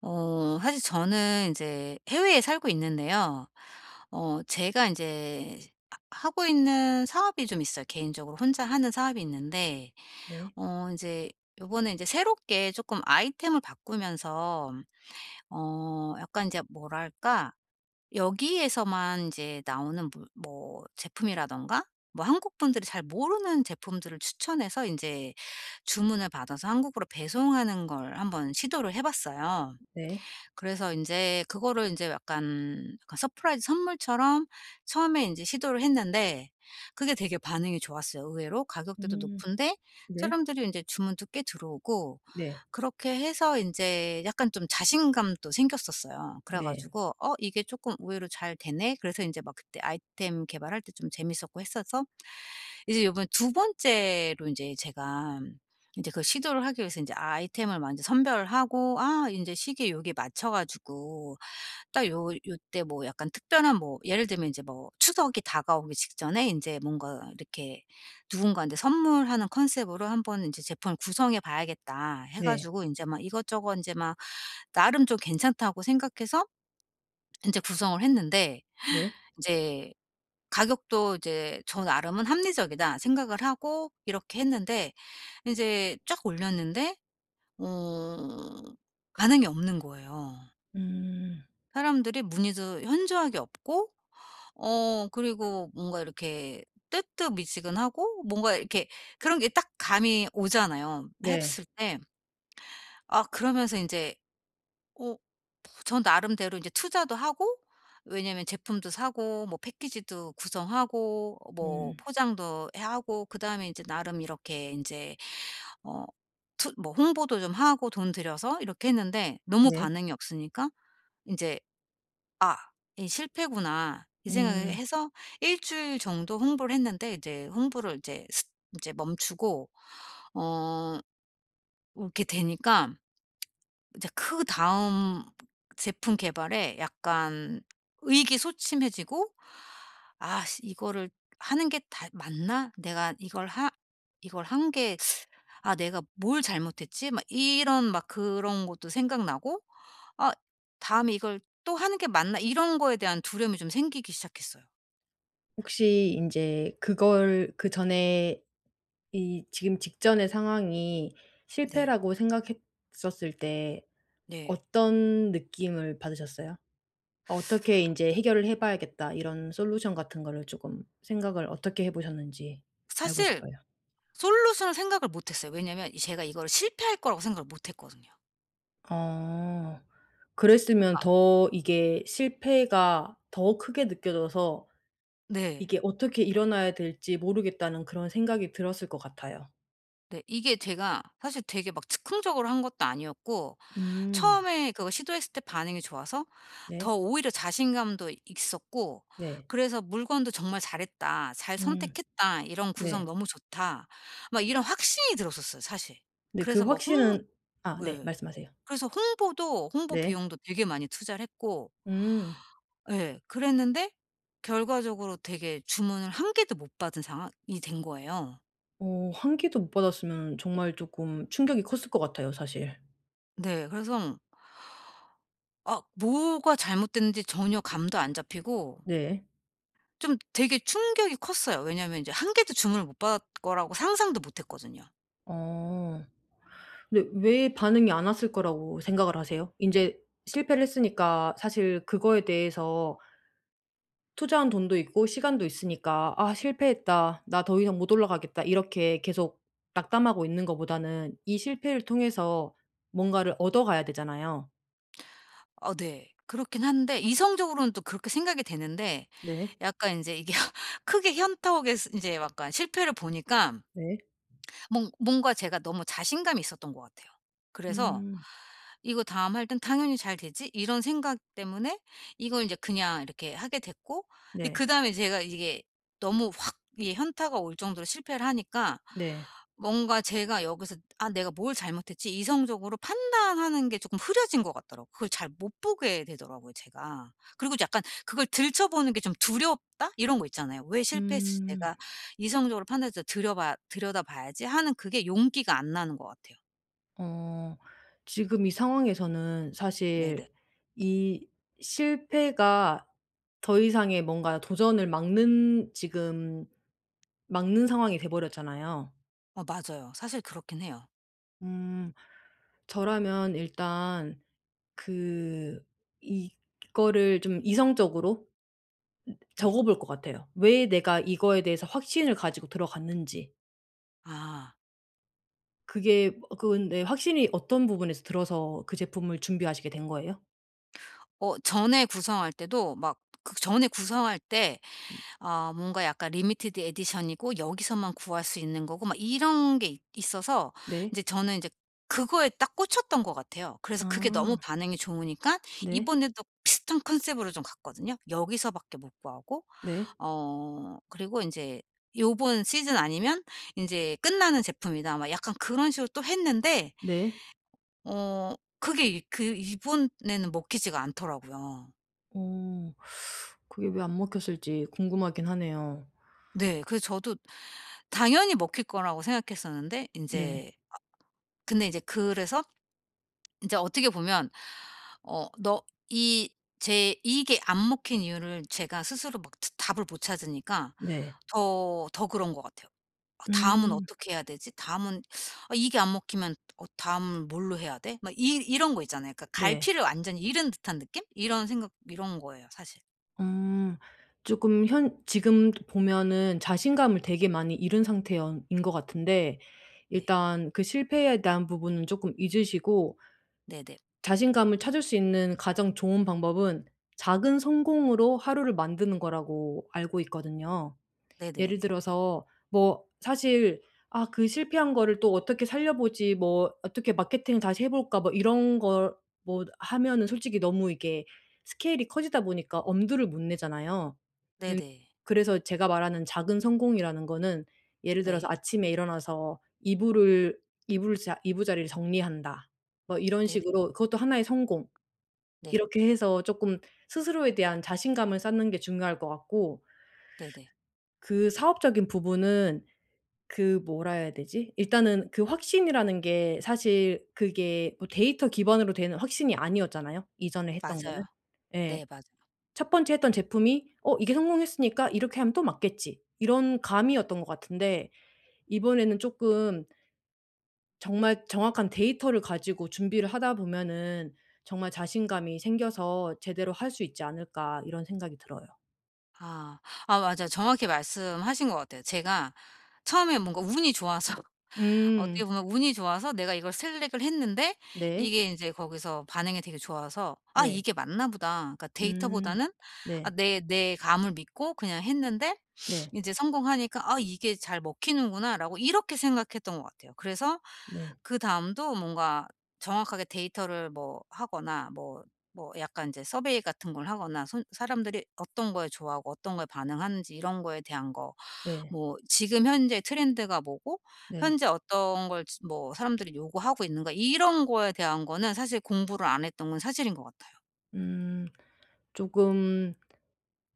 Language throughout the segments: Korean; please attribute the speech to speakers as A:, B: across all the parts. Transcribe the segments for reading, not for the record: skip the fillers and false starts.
A: 사실 저는 이제 해외에 살고 있는데요. 제가 이제 하 하고 있는 사업이 좀 있어요. 개인적으로 혼자 하는 사업이 있는데,
B: 네.
A: 이제 요번에 이제 새롭게 조금 아이템을 바꾸면서, 약간 이제 뭐랄까, 여기에서만 이제 나오는 물 뭐 제품이라든가 뭐 한국 분들이 잘 모르는 제품들을 추천해서 이제 주문을 받아서 한국으로 배송하는 걸 한번 시도를 해 봤어요.
B: 네.
A: 그래서 이제 그거를 이제 약간 서프라이즈 선물처럼 처음에 이제 시도를 했는데, 그게 되게 반응이 좋았어요. 의외로 가격대도
B: 음.
A: 높은데
B: 네.
A: 사람들이 이제 주문도 꽤 들어오고,
B: 네.
A: 그렇게 해서 이제 약간 좀 자신감도 생겼었어요. 그래
B: 네.
A: 가지고 '어 이게 조금 의외로 잘 되네.' 그래서 이제 막 그때 아이템 개발할 때 좀 재밌었고 했어서, 이제 요번 두 번째로 이제 제가 이제 그 시도를 하기 위해서 인제 아이템을 먼저 선별하고, 아 인제 시기에 요게 맞춰 가지고 딱 요 요때 뭐 약간 특별한 뭐 예를 들면 인제 뭐 추석이 다가오기 직전에 인제 뭔가 이렇게 '누군가한테 선물하는 컨셉으로 한번 인제 제품을 구성해 봐야겠다.' 해
B: 네.
A: 가지고 인제 막 이것저것 인제 막 나름 좀 괜찮다고 생각해서 인제 구성을 했는데,
B: 네.
A: 인제 가격도 이제 저 나름은 '합리적이다.' 생각을 하고 이렇게 했는데 인제 쫙 올렸는데, 어 반응이 없는 거예요.
B: 음.
A: 사람들이 문의도 현저하게 없고, 그리고 뭔가 이렇게 뜨뜻미지근하고 뭔가 이렇게 그런 게 딱 감이 오잖아요
B: 네.
A: 했을 때. 아, 그러면서 인제 어 저 나름대로 이제 투자도 하고, 왜냐면 제품도 사고 뭐 패키지도 구성하고 뭐
B: 음.
A: 포장도 해 하고 그다음에 이제 나름 이렇게 이제 어 투 뭐 홍보도 좀 하고 돈 들여서 이렇게 했는데 너무
B: 네.
A: 반응이 없으니까 이제 '아 이 실패구나.' 이 생각을
B: 음.
A: 해서, 일 주일 정도 홍보를 했는데 이제 홍보를 이제 스제 멈추고, 어 이렇게 되니까 이제 그다음 제품 개발에 약간 의기소침해지고, '아 씨 이거를 하는 게 다 맞나? 내가 이걸 한 게, 아 내가 뭘 잘못했지?' 막 이런 막 그런 것도 생각나고, '아 다음에 이걸 또 하는 게 맞나?' 이런 거에 대한 두려움이 좀 생기기 시작했어요.
B: 혹시 인제 그걸 그전에 이 지금 직전의 상황이
A: 네.
B: 실패라고 생각했었을 때
A: 네.
B: 어떤 느낌을 받으셨어요? "어떻게 인제 해결을 해 봐야겠다." 이런 솔루션 같은 거를 쪼금 생각을 어떻게 해 보셨는지 알고
A: 사실
B: 싶어요.
A: 솔루션을 생각을 못 했어요. 왜냐면 제가 이거를 실패할 거라고 생각을 못 했거든요.
B: 어. 그랬으면
A: 그러니까,
B: 더 이게 실패가 더 크게 느껴져서
A: 네.
B: 이게 "어떻게 일어나야 될지 모르겠다."는 그런 생각이 들었을 것 같아요.
A: 네. 이게 제가 사실 되게 막 즉흥적으로 한 것도 아니었고,
B: 음.
A: 처음에 그거 시도했을 때 반응이 좋아서 더
B: 네.
A: 오히려 자신감도 있었고,
B: 네.
A: 그래서 '물건도 정말 잘했다. 잘
B: 음.
A: 선택했다. 이런 구성
B: 네.
A: 너무 좋다.' 막 이런 확신이 들었었어요 사실.
B: 근데 그
A: 그래서 막 홍
B: 확신은 아 네.
A: 네.
B: 말씀하세요.
A: 그래서 홍보
B: 네.
A: 비용도 되게 많이 투자를 했고,
B: 음.
A: 예 그랬는데 결과적으로 되게 주문을 한 개도 못 받은 상황이 된 거예요.
B: 어 한 끼도 못 받았으면 정말 쪼끔 충격이 컸을 것 같아요 사실.
A: 네. 그래서 아 뭐가 잘못됐는지 전혀 감도 안 잡히고
B: 네.
A: 좀 되게 충격이 컸어요. 왜냐하면 이제 한 개도 주문을 못 받을 거라고 상상도 못 했거든요.
B: 어. 근데 왜 반응이 안 왔을 거라고 생각을 하세요? 인제 실패를 했으니까 사실 그거에 대해서 투자한 돈도 있고 시간도 있으니까 "아 실패했다. 나 더 이상 못 올라가겠다." 이렇게 계속 낙담하고 있는 것보다는 이 실패를 통해서 뭔가를 얻어가야 되잖아요.
A: 어 네. 그렇긴 한데 이성적으로는 또 그렇게 생각이 되는데,
B: 네.
A: 약간 인제 이게 크게 현타 오게 스 인제 약간 실패를 보니까,
B: 네.
A: 뭔 뭔가 제가 너무 자신감이 있었던 것 같아요. 그래서
B: 음.
A: '이거 다음 할 땐 당연히 잘 되지.' 이런 생각 때문에 이걸 이제 그냥 이렇게 하게 됐고,
B: 네.
A: 그 다음에 제가 이게 너무 확 이게 현타가 올 정도로 실패를 하니까,
B: 네.
A: 뭔가 제가 여기서 '아 내가 뭘 잘못했지?' 이성적으로 판단하는 게 조금 흐려진 것 같더라고요. 그걸 잘 못 보게 되더라고요 제가. 그리고 약간 그걸 들춰보는 게 좀 '두렵다.' 이런 거 있잖아요. '왜 실패했을
B: 음.
A: 내가 이성적으로 판단해서 들여봐 들여다봐야지' 하는 그게 용기가 안 나는 것 같아요.
B: 어 지금 이 상황에서는
A: 네네.
B: 사실 이 실패가 더 이상의 뭔가 도전을 막는 지금 막는 상황이 돼 버렸잖아요.
A: 어 맞아요. 사실 그렇긴 해요.
B: 음 저라면 일단 그 이거를 좀 이성적으로
A: 네.
B: 적어 볼 것 같아요. 왜 내가 이거에 대해서 확신을 가지고 들어갔는지.
A: 아.
B: 그게 근데 확신이 어떤 부분에서 들어서 그 제품을 준비하시게 된 거예요?
A: 전에 구성할 때도 막 그전에 구성할 때, 아 뭔가 약간 리미티드 에디션이고 여기서만 구할 수 있는 거고 막 이런 게 있 있어서 이
B: 네.
A: 제 저는 이제 그거에 딱 꽂혔던 것 같아요. 그래서 그게 너무
B: 아
A: 반응이 좋으니까
B: 네.
A: 이번에도 비슷한 컨셉으로 좀 갔거든요. 여기서밖에 못 구하고,
B: 네.
A: 그리고 이제 요번 시즌 아니면 이제 끝나는 제품이다 막 약간 그런 식으로 또 했는데,
B: 네.
A: 그게 이 그 이번에는 먹히지가 않더라고요.
B: 어 그게 왜 안 먹혔을지 궁금하긴 하네요.
A: 네. 그래서 저도 당연히 먹힐 거라고 생각했었는데 이
B: 네.
A: 제 근데 이제 그래서 이제 어떻게 보면 어 너 이 제 이게 안 먹힌 이유를 제가 스스로 막 답을 못 찾으니까
B: 네.
A: 더 그런 것 같아요. 아 다음은
B: 음.
A: 어떻게 해야 되지? 다음은, 아 이게 안 먹히면 다음은 뭘로 해야 돼? 막 이 이런 거 있잖아요. 그러니까
B: 네.
A: 갈피를 완전히 잃은 듯한 느낌? 이런 생각 이런 거예요 사실.
B: 음. 조금 현 지금 보면은 자신감을 되게 많이 잃은 상태여 인 것 같은데
A: 네.
B: 일단 그 실패에 대한 부분은 쪼끔 잊으시고
A: 네네.
B: 자신감을 찾을 수 있는 가장 좋은 방법은 작은 성공으로 하루를 만드는 거라고 알고 있거든요. 예를
A: 네네.
B: 들어서 뭐 사실 "아 그 실패한 거를 또 어떻게 살려보지. 뭐 어떻게 마케팅을 다시 해 볼까." 뭐 이런 걸 뭐 하면은 솔직히 너무 이게 스케일이 커지다 보니까 엄두를 못 내잖아요. 음
A: 네네.
B: 그래서 제가 말하는 작은 성공이라는 거는 예를 들어서
A: 네.
B: 아침에 일어나서 이불을 이불 자 이부자리를 정리한다. 뭐 이런
A: 네네.
B: 식으로 그것도 하나의 성공.
A: 네.
B: 이렇게 해서 조금 스스로에 대한 자신감을 쌓는 게 중요할 것 같고
A: 네네.
B: 그 사업적인 부분은 그 뭐라 해야 되지? 일단은 그 확신이라는 게 사실 그게 뭐 데이터 기반으로 되는 확신이 아니었잖아요, 이전에 했던 거는.
A: 맞아요.
B: 예.
A: 네 맞아요.
B: 첫 번째 했던 제품이 "어 이게 성공했으니까 이렇게 하면 또 맞겠지." 이런 감이었던 것 같은데 이번에는 쪼끔 정말 정확한 데이터를 가지고 준비를 하다 보면은 정말 자신감이 생겨서 "제대로 할 수 있지 않을까." 이런 생각이 들어요.
A: 아. 아 맞아요. 정확히 말씀하신 것 같아요. 제가 처음에 뭔가 운이 좋아서, 어떻게
B: 음.
A: 보면 운이 좋아서 내가 이걸 셀렉을 했는데,
B: 네.
A: 이게 인제 거기서 반응이 되게 좋아서 '아
B: 네.
A: 이게 맞나 보다.' 그러니까
B: 음.
A: 데이터보다는 아
B: 네.
A: 내 감을 믿고 그냥 했는데,
B: 네.
A: 인제 성공하니까 '아 이게 잘 먹히는구나.'라고 이렇게 생각했던 것 같아요. 그래서
B: 네.
A: 그다음도 뭔가 정확하게 데이터를 뭐 하거나 뭐 뭐 약간 인제 서베이 같은 걸 하거나, 손 사람들이 어떤 거에 좋아하고 어떤 거에 반응하는지 이런 거에 대한 거,
B: 네.
A: 뭐 지금 현재 트렌드가 뭐고
B: 네.
A: 현재 어떤 걸 뭐 사람들이 요구하고 있는가, 이런 거에 대한 거는 사실 공부를 안 했던 건 사실인 것 같아요.
B: 음 조금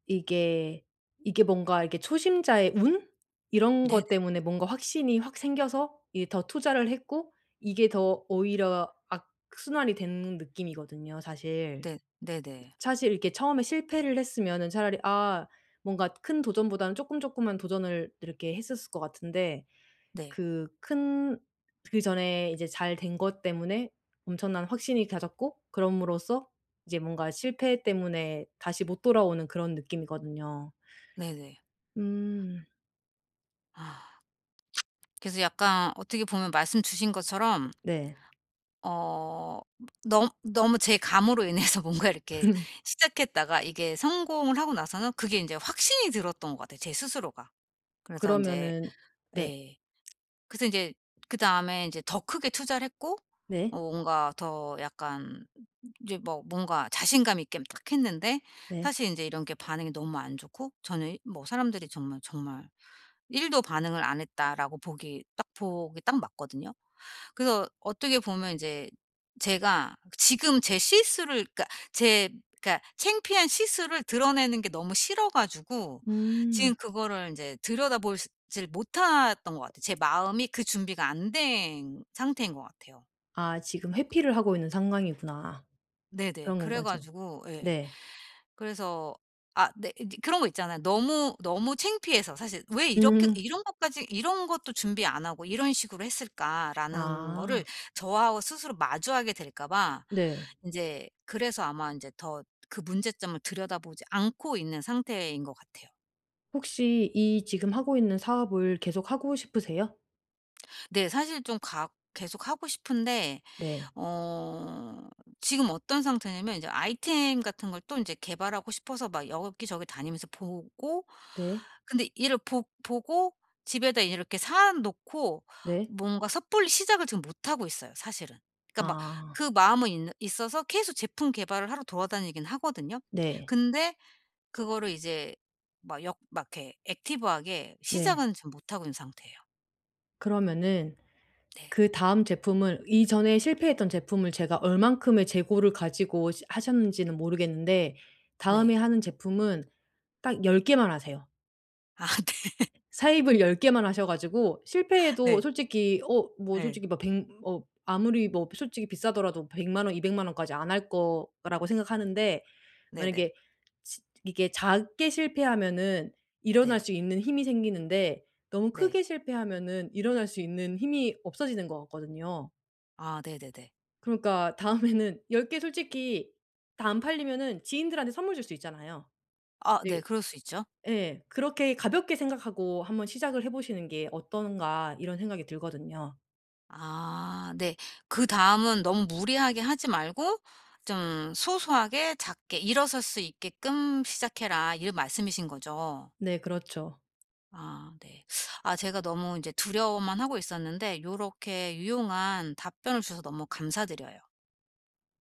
B: 이게 이게 뭔가 이게 초심자의 운? 이런
A: 네네.
B: 것 때문에 뭔가 확신이 확 생겨서 이게 더 투자를 했고 이게 더 오히려 악순환이 되는 느낌이거든요 사실.
A: 네. 네네.
B: 사실 이렇게 처음에 실패를 했으면은 차라리 아 뭔가 큰 도전보다는 조금조금한 도전을 이렇게 했었을 것 같은데
A: 네.
B: 그 큰 그전에 이제 잘 된 것 때문에 엄청난 확신이 가졌고 그럼으로써 이제 뭔가 실패 때문에 다시 못 돌아오는 그런 느낌이거든요.
A: 네네.
B: 음
A: 아. 그래서 약간 어떻게 보면 말씀 주신 것처럼,
B: 네.
A: 어 너무 너무 제 감으로 인해서 뭔가 이렇게 시작했다가, 이게 성공을 하고 나서는 그게 인제 확신이 들었던 것 같아요, 제 스스로가. 그래서 인제,
B: 그러면은 네.
A: 예. 그래서 인제 그다음에 인제 더 크게 투자를 했고,
B: 네.
A: 뭔가 더 약간 이제 뭐 뭔가 자신감 있게 딱 했는데,
B: 네.
A: 사실 인제 이런 게 반응이 너무 안 좋고, 저는 뭐 사람들이 정말, 정말 1도 반응을 안 했다라고 보기 딱 맞거든요. 그래서 어떻게 보면 인제 제가 지금 제 실수를 그러니까 제 그러니까 창피한 실수를 드러내는 게 너무 싫어 가지고 지금
B: 음.
A: 그거를 인제 들여다보지 못했던 것 같아요. 제 마음이 그 준비가 안 된 상태인 것 같아요.
B: 아 지금 회피를 하고 있는 상황이구나.
A: 네네.
B: 그런 건
A: 그래
B: 거죠.
A: 가지고 예.
B: 네.
A: 그래서 아 네 이제 그런 거 있잖아요. 너무, 너무 창피해서 사실 '왜 이렇게
B: 음.
A: 이런 것까지 이런 것도 준비 안 하고 이런 식으로 했을까?'라는
B: 아
A: 거를 저하고 스스로 마주하게 될까 봐
B: 네.
A: 이제, 그래서 아마 이제 더 그 문제점을 들여다보지 않고 있는 상태인 것 같아요.
B: 혹시 이 지금 하고 있는 사업을 계속하고 싶으세요?
A: 네 사실 좀 가 계속 하고 싶은데,
B: 네.
A: 어 지금 어떤 상태냐면 이제 아이템 같은 걸 또 이제 개발하고 싶어서 막 여기저기 다니면서 보고,
B: 네.
A: 근데 이를 보 보고 집에다 이렇게 사 놓고
B: 네.
A: 뭔가 섣불리 시작을 지금 못 하고 있어요 사실은. 그러니까 막
B: 아
A: 그 마음은 있 있어서 계속 제품 개발을 하러 돌아다니긴 하거든요.
B: 네.
A: 근데 그거를 이제 막 이렇게 액티브하게
B: 네.
A: 시작은 지금 못 하고 있는 상태예요.
B: 그러면은
A: 네.
B: 그다음 제품을 이전에 실패했던 제품을 제가 얼만큼의 재고를 가지고 시 하셨는지는 모르겠는데 다음에
A: 네.
B: 하는 제품은 딱 10 개만 하세요.
A: 아
B: 사입을 10 개만 하셔 가지고 실패해도
A: 네.
B: 솔직히
A: 네.
B: 뭐
A: 예.
B: 솔직히 막 백 어 아무리 뭐 솔직히 비싸더라도 100원, 200원까지 안 할 거라고 생각하는데
A: 네네. 네. 네.
B: 만약에 지 이게 작게 실패하면은 일어날
A: 네.
B: 수 있는 힘이 생기는데 너무
A: 네.
B: 크게 실패하면은 일어날 수 있는 힘이 없어지는 것 같거든요.
A: 아 네네네.
B: 그러니까 다음에는 10개 솔직히 다 안 팔리면은 지인들한테 선물 줄 수 있잖아요.
A: 아 네
B: 네.
A: 그럴 수 있죠.
B: 예. 그렇게 가볍게 생각하고 한번 시작을 해 보시는 게 어떤가 이런 생각이 들거든요.
A: 아 네. 그다음은 너무 무리하게 하지 말고 좀 소소하게 작게 일어설 수 있게끔 시작해라, 이런 말씀이신 거죠.
B: 네 그렇죠.
A: 아 네. 아 제가 너무 이제 두려워만 하고 있었는데 요렇게 유용한 답변을 주셔서 너무 감사드려요.